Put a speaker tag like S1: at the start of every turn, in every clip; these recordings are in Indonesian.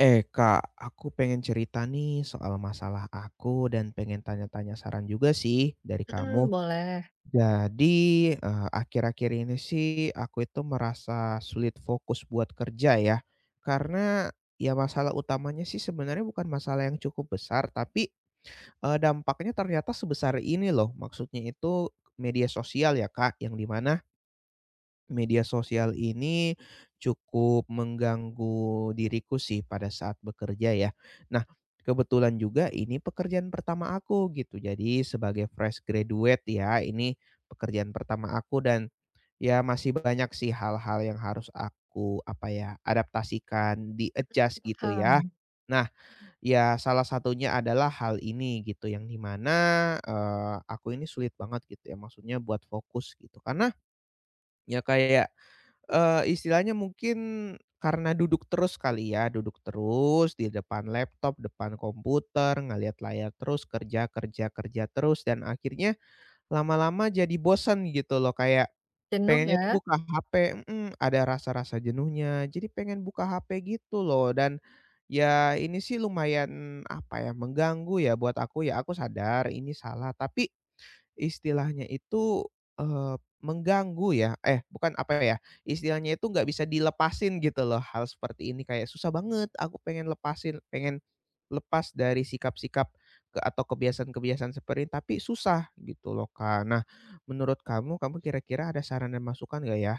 S1: Eh Kak, aku pengen cerita nih soal masalah aku dan pengen tanya-tanya saran juga sih dari
S2: Mhm,
S1: kamu.
S2: boleh,
S1: Jadi, akhir-akhir ini sih aku itu merasa sulit fokus buat kerja ya. Karena ya masalah utamanya sih sebenarnya bukan masalah yang cukup besar, tapi, dampaknya ternyata sebesar ini loh. Maksudnya itu media sosial ya Kak, yang di mana media sosial ini cukup mengganggu diriku sih pada saat bekerja ya. Nah, kebetulan juga ini pekerjaan pertama aku gitu. Jadi sebagai fresh graduate ya, ini pekerjaan pertama aku dan ya masih banyak sih hal-hal yang harus aku apa ya, adaptasikan, di-adjust gitu ya.
S2: paham.
S1: Nah, ya salah satunya adalah hal ini gitu yang di mana, aku ini sulit banget gitu ya maksudnya buat fokus gitu karena ya kayak, istilahnya mungkin karena duduk terus kali ya, duduk terus di depan laptop, depan komputer, ngelihat layar terus, kerja kerja kerja terus, dan akhirnya lama-lama jadi bosen gitu loh, kayak
S2: Jenuh
S1: pengennya tuh
S2: ya?
S1: buka HP. Mhm, ada rasa-rasa jenuhnya, jadi pengen buka HP gitu loh. Dan ya ini sih lumayan, apa ya, mengganggu ya buat aku ya, aku sadar ini salah, tapi istilahnya itu, eee, mengganggu ya eh, bukan apa ya, istilahnya itu nggak bisa dilepasin gitu loh hal seperti ini, kayak susah banget aku pengen lepasin, pengen lepas dari sikap-sikap ke atau kebiasaan-kebiasaan seperti ini, tapi susah gitu loh, Kak. Nah, menurut kamu kira-kira ada saran dan masukan nggak ya?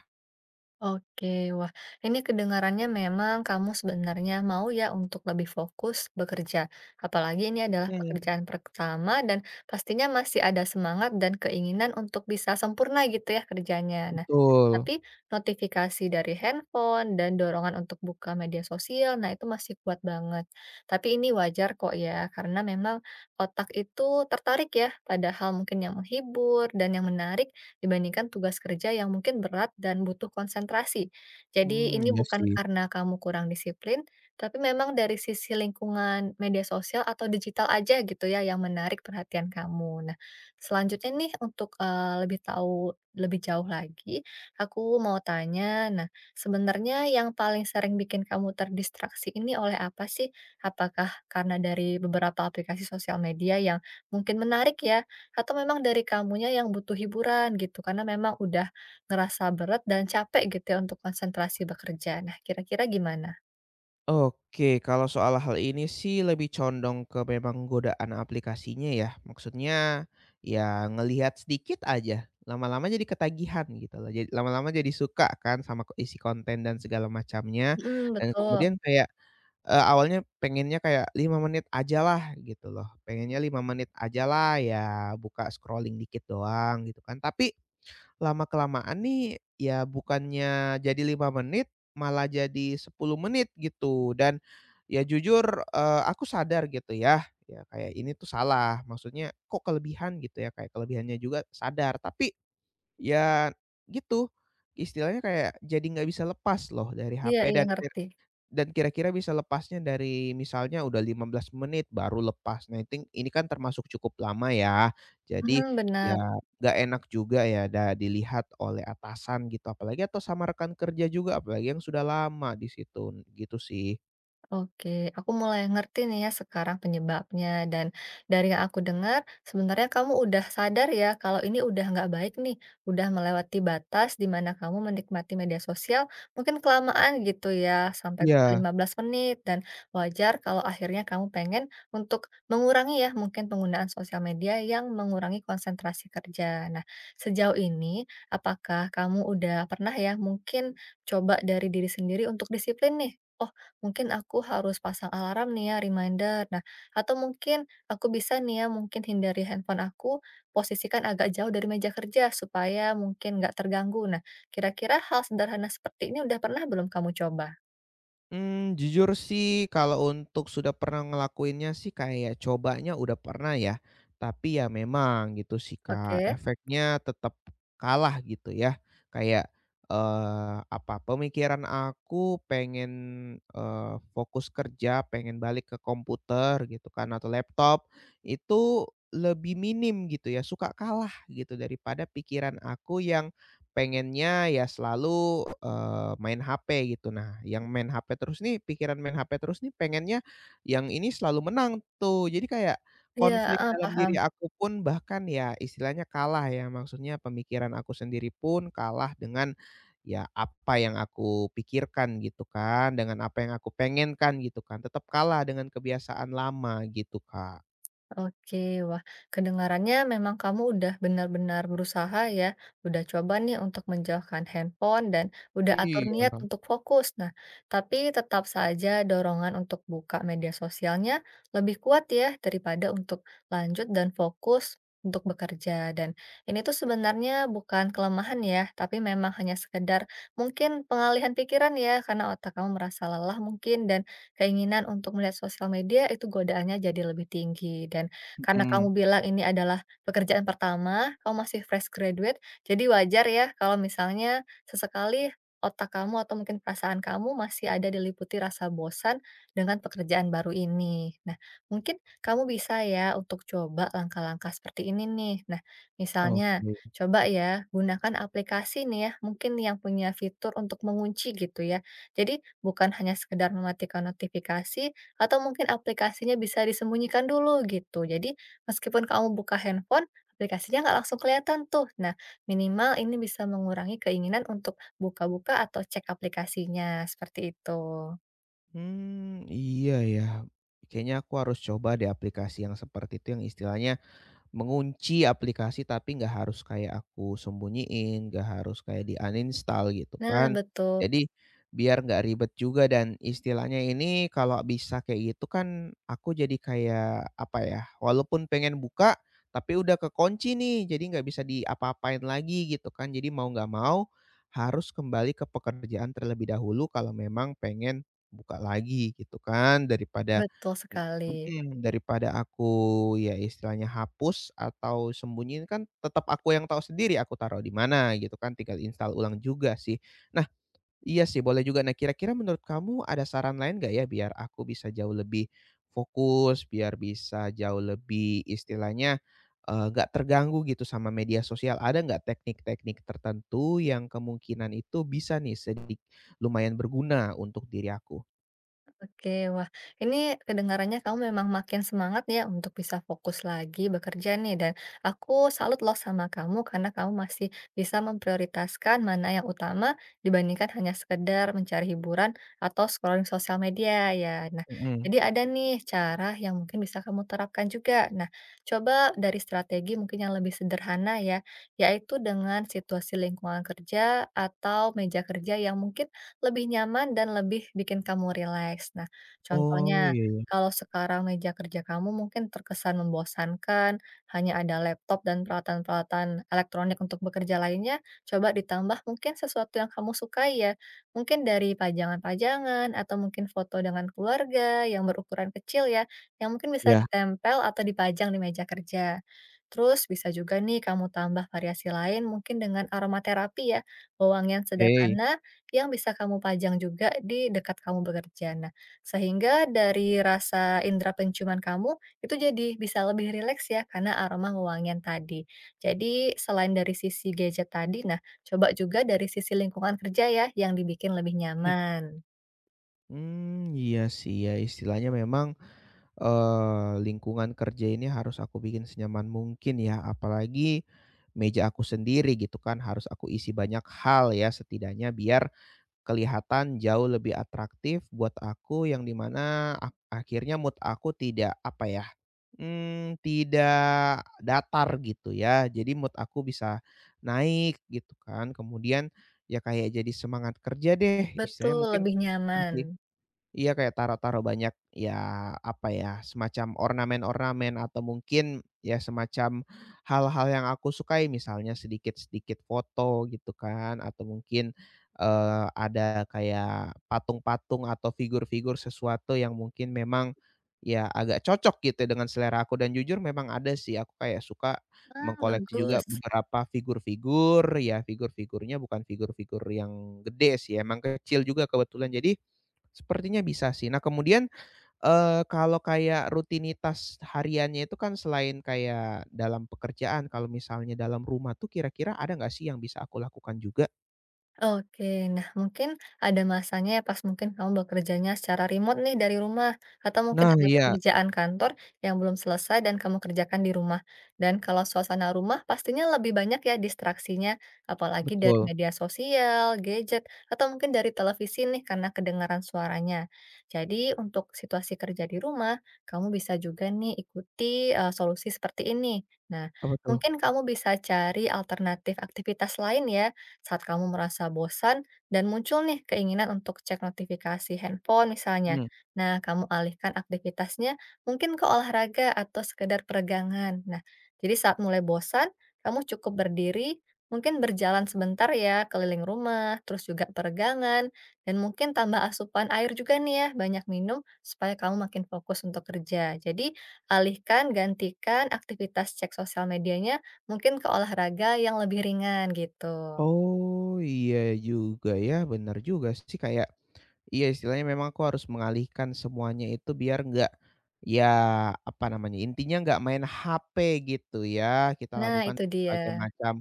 S2: Oke, wah ini kedengarannya memang kamu sebenarnya mau ya untuk lebih fokus bekerja. Apalagi ini adalah
S1: Oke.
S2: pekerjaan pertama dan pastinya masih ada semangat dan keinginan untuk bisa sempurna gitu ya kerjanya. Nah,
S1: Betul.
S2: tapi notifikasi dari handphone dan dorongan untuk buka media sosial, nah itu masih kuat banget. Tapi ini wajar kok ya, karena memang otak itu tertarik ya pada hal mungkin yang menghibur dan yang menarik dibandingkan tugas kerja yang mungkin berat dan butuh konsentrasi. Jadi
S1: Mmm,
S2: ini
S1: iya
S2: bukan
S1: sih.
S2: karena kamu kurang disiplin, tapi memang dari sisi lingkungan media sosial atau digital aja gitu ya yang menarik perhatian kamu. Nah, selanjutnya nih untuk, lebih tahu lebih jauh lagi, aku mau tanya, nah sebenarnya yang paling sering bikin kamu terdistraksi ini oleh apa sih? Apakah karena dari beberapa aplikasi sosial media yang mungkin menarik ya atau memang dari kamunya yang butuh hiburan gitu, karena memang udah ngerasa berat dan capek gitu ya untuk konsentrasi bekerja. Nah, kira-kira gimana?
S1: Oke, kalau soal hal ini sih lebih condong ke memang godaan aplikasinya ya. Maksudnya, ya ngelihat sedikit aja, lama-lama jadi ketagihan gitu loh. Jadi lama-lama jadi suka kan sama isi konten dan segala macamnya,
S2: Mhm,
S1: dan
S2: betul.
S1: kemudian kayak, awalnya pengennya kayak 5 menit ajalah gitu loh, pengennya 5 menit aja lah, ya buka scrolling dikit doang gitu kan. Tapi lama-kelamaan nih, ya bukannya jadi 5 menit, malah jadi 10 menit gitu dan ya jujur, aku sadar gitu ya, ya kayak ini tuh salah, maksudnya kok kelebihan gitu ya, kayak kelebihannya juga sadar, tapi ya gitu, istilahnya kayak jadi nggak bisa lepas loh dari
S2: Iya
S1: HP
S2: iya,
S1: dan
S2: ngerti.
S1: dan kira-kira bisa lepasnya dari misalnya udah 15 menit baru lepas. Nah iting ini kan termasuk cukup lama ya. Jadi
S2: Mhm,
S1: ya
S2: benar.
S1: nggak enak juga ya dilihat oleh atasan gitu, apalagi atau sama rekan kerja juga, apalagi yang sudah lama di situ, gitu sih.
S2: Oke, aku mulai ngerti nih ya sekarang penyebabnya dan dari yang aku dengar sebenarnya kamu udah sadar ya kalau ini udah nggak baik nih, udah melewati batas di mana kamu menikmati media sosial mungkin kelamaan gitu ya sampai bisa
S1: Iya.
S2: 15 menit dan wajar kalau akhirnya kamu pengen untuk mengurangi ya mungkin penggunaan sosial media yang mengurangi konsentrasi kerja. Nah, sejauh ini apakah kamu udah pernah ya mungkin coba dari diri sendiri untuk disiplin nih? Oh, mungkin aku harus pasang alarm nih ya, reminder. Nah, atau mungkin aku bisa nih ya, mungkin hindari handphone aku, posisikan agak jauh dari meja kerja supaya mungkin nggak terganggu. Nah, kira-kira hal sederhana seperti ini udah pernah belum kamu coba?
S1: Mmm, jujur sih kalau untuk sudah pernah ngelakuinnya sih kayak cobanya udah pernah ya, tapi ya memang gitu sih, Kak,
S2: Oke.
S1: efeknya tetap kalah gitu ya. Kayak, apa, pemikiran aku pengen, fokus kerja, pengen balik ke komputer gitu kan atau laptop, itu lebih minim gitu ya, suka kalah gitu daripada pikiran aku yang pengennya ya selalu, main HP gitu. Nah, yang main HP terus nih, pikiran main HP terus nih, pengennya yang ini selalu menang tuh. Jadi kayak
S2: Iya,
S1: konflik
S2: heeh,
S1: dalam
S2: paham.
S1: diri aku pun bahkan ya istilahnya kalah ya, maksudnya pemikiran aku sendiri pun kalah dengan ya apa yang aku pikirkan gitu kan, dengan apa yang aku pengenkan gitu kan, tetap kalah dengan kebiasaan lama gitu, Kak.
S2: Oke, wah kedengarannya memang kamu udah benar-benar berusaha ya, udah coba nih untuk menjauhkan handphone dan udah atur niat
S1: Iya,
S2: untuk fokus. Nah, tapi tetap saja dorongan untuk buka media sosialnya lebih kuat ya daripada untuk lanjut dan fokus untuk bekerja. Dan ini tuh sebenarnya bukan kelemahan ya, tapi memang hanya sekedar mungkin pengalihan pikiran ya, karena otak kamu merasa lelah mungkin dan keinginan untuk melihat sosial media itu godaannya jadi lebih tinggi. Dan karena kamu
S1: mhm,
S2: bilang ini adalah pekerjaan pertama, kamu masih fresh graduate, jadi wajar ya kalau misalnya sesekali otak kamu atau mungkin perasaan kamu masih ada diliputi rasa bosan dengan pekerjaan baru ini. Nah, mungkin kamu bisa ya untuk coba langkah-langkah seperti ini nih. Nah, misalnya
S1: oke.
S2: coba ya gunakan aplikasi nih ya, mungkin yang punya fitur untuk mengunci gitu ya. Jadi bukan hanya sekedar mematikan notifikasi, atau mungkin aplikasinya bisa disembunyikan dulu gitu. Jadi meskipun kamu buka handphone, aplikasinya nggak langsung kelihatan tuh. Nah, minimal ini bisa mengurangi keinginan untuk buka-buka atau cek aplikasinya, seperti itu.
S1: Hmm, iya ya. Kayaknya aku harus coba deh aplikasi yang seperti itu yang istilahnya, mengunci aplikasi tapi nggak harus kayak aku sembunyiin, nggak harus kayak di-uninstall gitu
S2: Nah
S1: kan.
S2: betul,
S1: Jadi biar nggak ribet juga dan istilahnya ini kalau bisa kayak gitu kan aku jadi kayak apa ya, walaupun pengen buka tapi udah kekunci nih jadi nggak bisa diapa-apain lagi gitu kan. Jadi mau nggak mau harus kembali ke pekerjaan terlebih dahulu kalau memang pengen buka lagi gitu kan daripada.
S2: betul sekali.
S1: Mhm, daripada aku ya istilahnya hapus atau sembunyiin kan tetap aku yang tahu sendiri aku taruh di mana gitu kan, tinggal install ulang juga sih. Nah, iya sih boleh juga. Nah kira-kira menurut kamu ada saran lain nggak ya biar aku bisa jauh lebih fokus, biar bisa jauh lebih istilahnya, nggak terganggu gitu sama media sosial. Ada nggak teknik-teknik tertentu yang kemungkinan itu bisa nih sedikit lumayan berguna untuk diri aku?
S2: Oke, wah ini kedengarannya kamu memang makin semangat ya untuk bisa fokus lagi bekerja nih dan aku salut loh sama kamu karena kamu masih bisa memprioritaskan mana yang utama dibandingkan hanya sekedar mencari hiburan atau scrolling sosial media ya. Nah,
S1: Mhm.
S2: jadi ada nih cara yang mungkin bisa kamu terapkan juga. Nah, coba dari strategi mungkin yang lebih sederhana ya, yaitu dengan situasi lingkungan kerja atau meja kerja yang mungkin lebih nyaman dan lebih bikin kamu rileks. Nah,
S1: Oh,
S2: contohnya,
S1: iya iya.
S2: kalau sekarang meja kerja kamu mungkin terkesan membosankan, hanya ada laptop dan peralatan-peralatan elektronik untuk bekerja lainnya, coba ditambah mungkin sesuatu yang kamu sukai ya. Mungkin dari pajangan-pajangan atau mungkin foto dengan keluarga yang berukuran kecil ya, yang mungkin bisa ditempel atau dipajang di meja kerja. Terus bisa juga nih kamu tambah variasi lain mungkin dengan aromaterapi ya, wewangian
S1: Iya, oke.
S2: sederhana yang bisa kamu pajang juga di dekat kamu bekerja. Nah, sehingga dari rasa indera penciuman kamu itu jadi bisa lebih rileks ya karena aroma wangian tadi. Jadi selain dari sisi gadget tadi, nah coba juga dari sisi lingkungan kerja ya yang dibikin lebih
S1: Hmm,
S2: nyaman.
S1: mmm, iya sih ya, istilahnya memang, lingkungan kerja ini harus aku bikin senyaman mungkin ya, apalagi meja aku sendiri gitu kan, harus aku isi banyak hal ya, setidaknya biar kelihatan jauh lebih atraktif buat aku, yang dimana akhirnya mood aku tidak, apa ya, tidak datar gitu ya. Jadi mood aku bisa naik gitu kan, kemudian ya kayak jadi semangat kerja deh,
S2: Betul,
S1: istilahnya mungkin
S2: lebih nyaman.
S1: sih. Iya, kayak taruh-taruh banyak, ya, apa ya, semacam ornamen-ornamen atau mungkin, ya, semacam hal-hal yang aku sukai, misalnya sedikit-sedikit foto gitu kan, atau mungkin, ada kayak patung-patung atau figur-figur sesuatu yang mungkin memang, ya, agak cocok gitu dengan selera aku dan jujur memang ada sih, aku kayak suka
S2: Ah,
S1: mengkoleksi juga
S2: bagus.
S1: beberapa figur-figur, ya, figur-figurnya bukan figur-figur yang gede sih, emang kecil juga kebetulan. Jadi sepertinya bisa sih. Nah kemudian, kalau kayak rutinitas hariannya itu kan selain kayak dalam pekerjaan, kalau misalnya dalam rumah tuh kira-kira ada nggak sih yang bisa aku lakukan juga?
S2: Oke, nah mungkin ada masanya ya pas mungkin kamu bekerjanya secara remote nih dari rumah, atau mungkin
S1: Nah
S2: ada
S1: iya,
S2: pekerjaan kantor yang belum selesai dan kamu kerjakan di rumah. Dan kalau suasana rumah pastinya lebih banyak ya distraksinya, apalagi dari
S1: betul.
S2: media sosial, gadget, atau mungkin dari televisi nih karena kedengaran suaranya. Jadi untuk situasi kerja di rumah, kamu bisa juga nih ikuti eh, solusi seperti ini. Nah,
S1: Apa tuh?
S2: mungkin kamu bisa cari alternatif aktivitas lain ya saat kamu merasa bosan dan muncul nih keinginan untuk cek notifikasi handphone misalnya.
S1: Mhm.
S2: Nah, kamu alihkan aktivitasnya mungkin ke olahraga atau sekedar peregangan. Nah, jadi saat mulai bosan, kamu cukup berdiri, mungkin berjalan sebentar ya keliling rumah, terus juga peregangan, dan mungkin tambah asupan air juga nih ya, banyak minum supaya kamu makin fokus untuk kerja. Jadi, alihkan, gantikan aktivitas cek sosial medianya mungkin ke olahraga yang lebih ringan gitu.
S1: Oh, iya juga ya, benar juga sih kayak. Iya, istilahnya memang aku harus mengalihkan semuanya itu biar nggak, ya apa namanya, intinya nggak main HP gitu ya. Kita
S2: Nah,
S1: lakukan
S2: itu dia.
S1: berbagai macam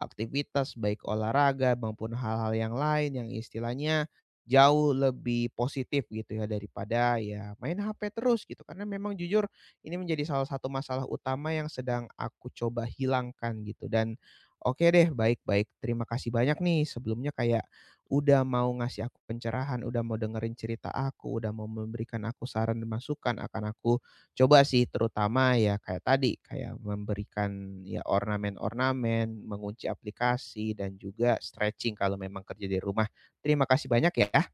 S1: aktivitas baik olahraga maupun hal-hal yang lain yang istilahnya jauh lebih positif gitu ya daripada ya main HP terus gitu. Karena memang jujur ini menjadi salah satu masalah utama yang sedang aku coba hilangkan gitu dan oke deh baik-baik, terima kasih banyak nih sebelumnya kayak udah mau ngasih aku pencerahan, udah mau dengerin cerita aku, udah mau memberikan aku saran dan masukan, akan aku coba sih terutama ya kayak tadi, kayak memberikan ya ornamen-ornamen, mengunci aplikasi dan juga stretching kalau memang kerja di rumah. Terima kasih banyak ya.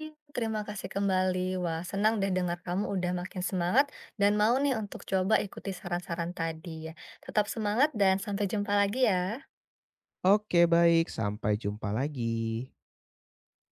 S2: Iya. Terima kasih kembali. Wah, senang deh dengar kamu udah makin semangat dan mau nih untuk coba ikuti saran-saran tadi ya. Tetap semangat dan sampai jumpa lagi ya.
S1: Oke baik, sampai jumpa lagi.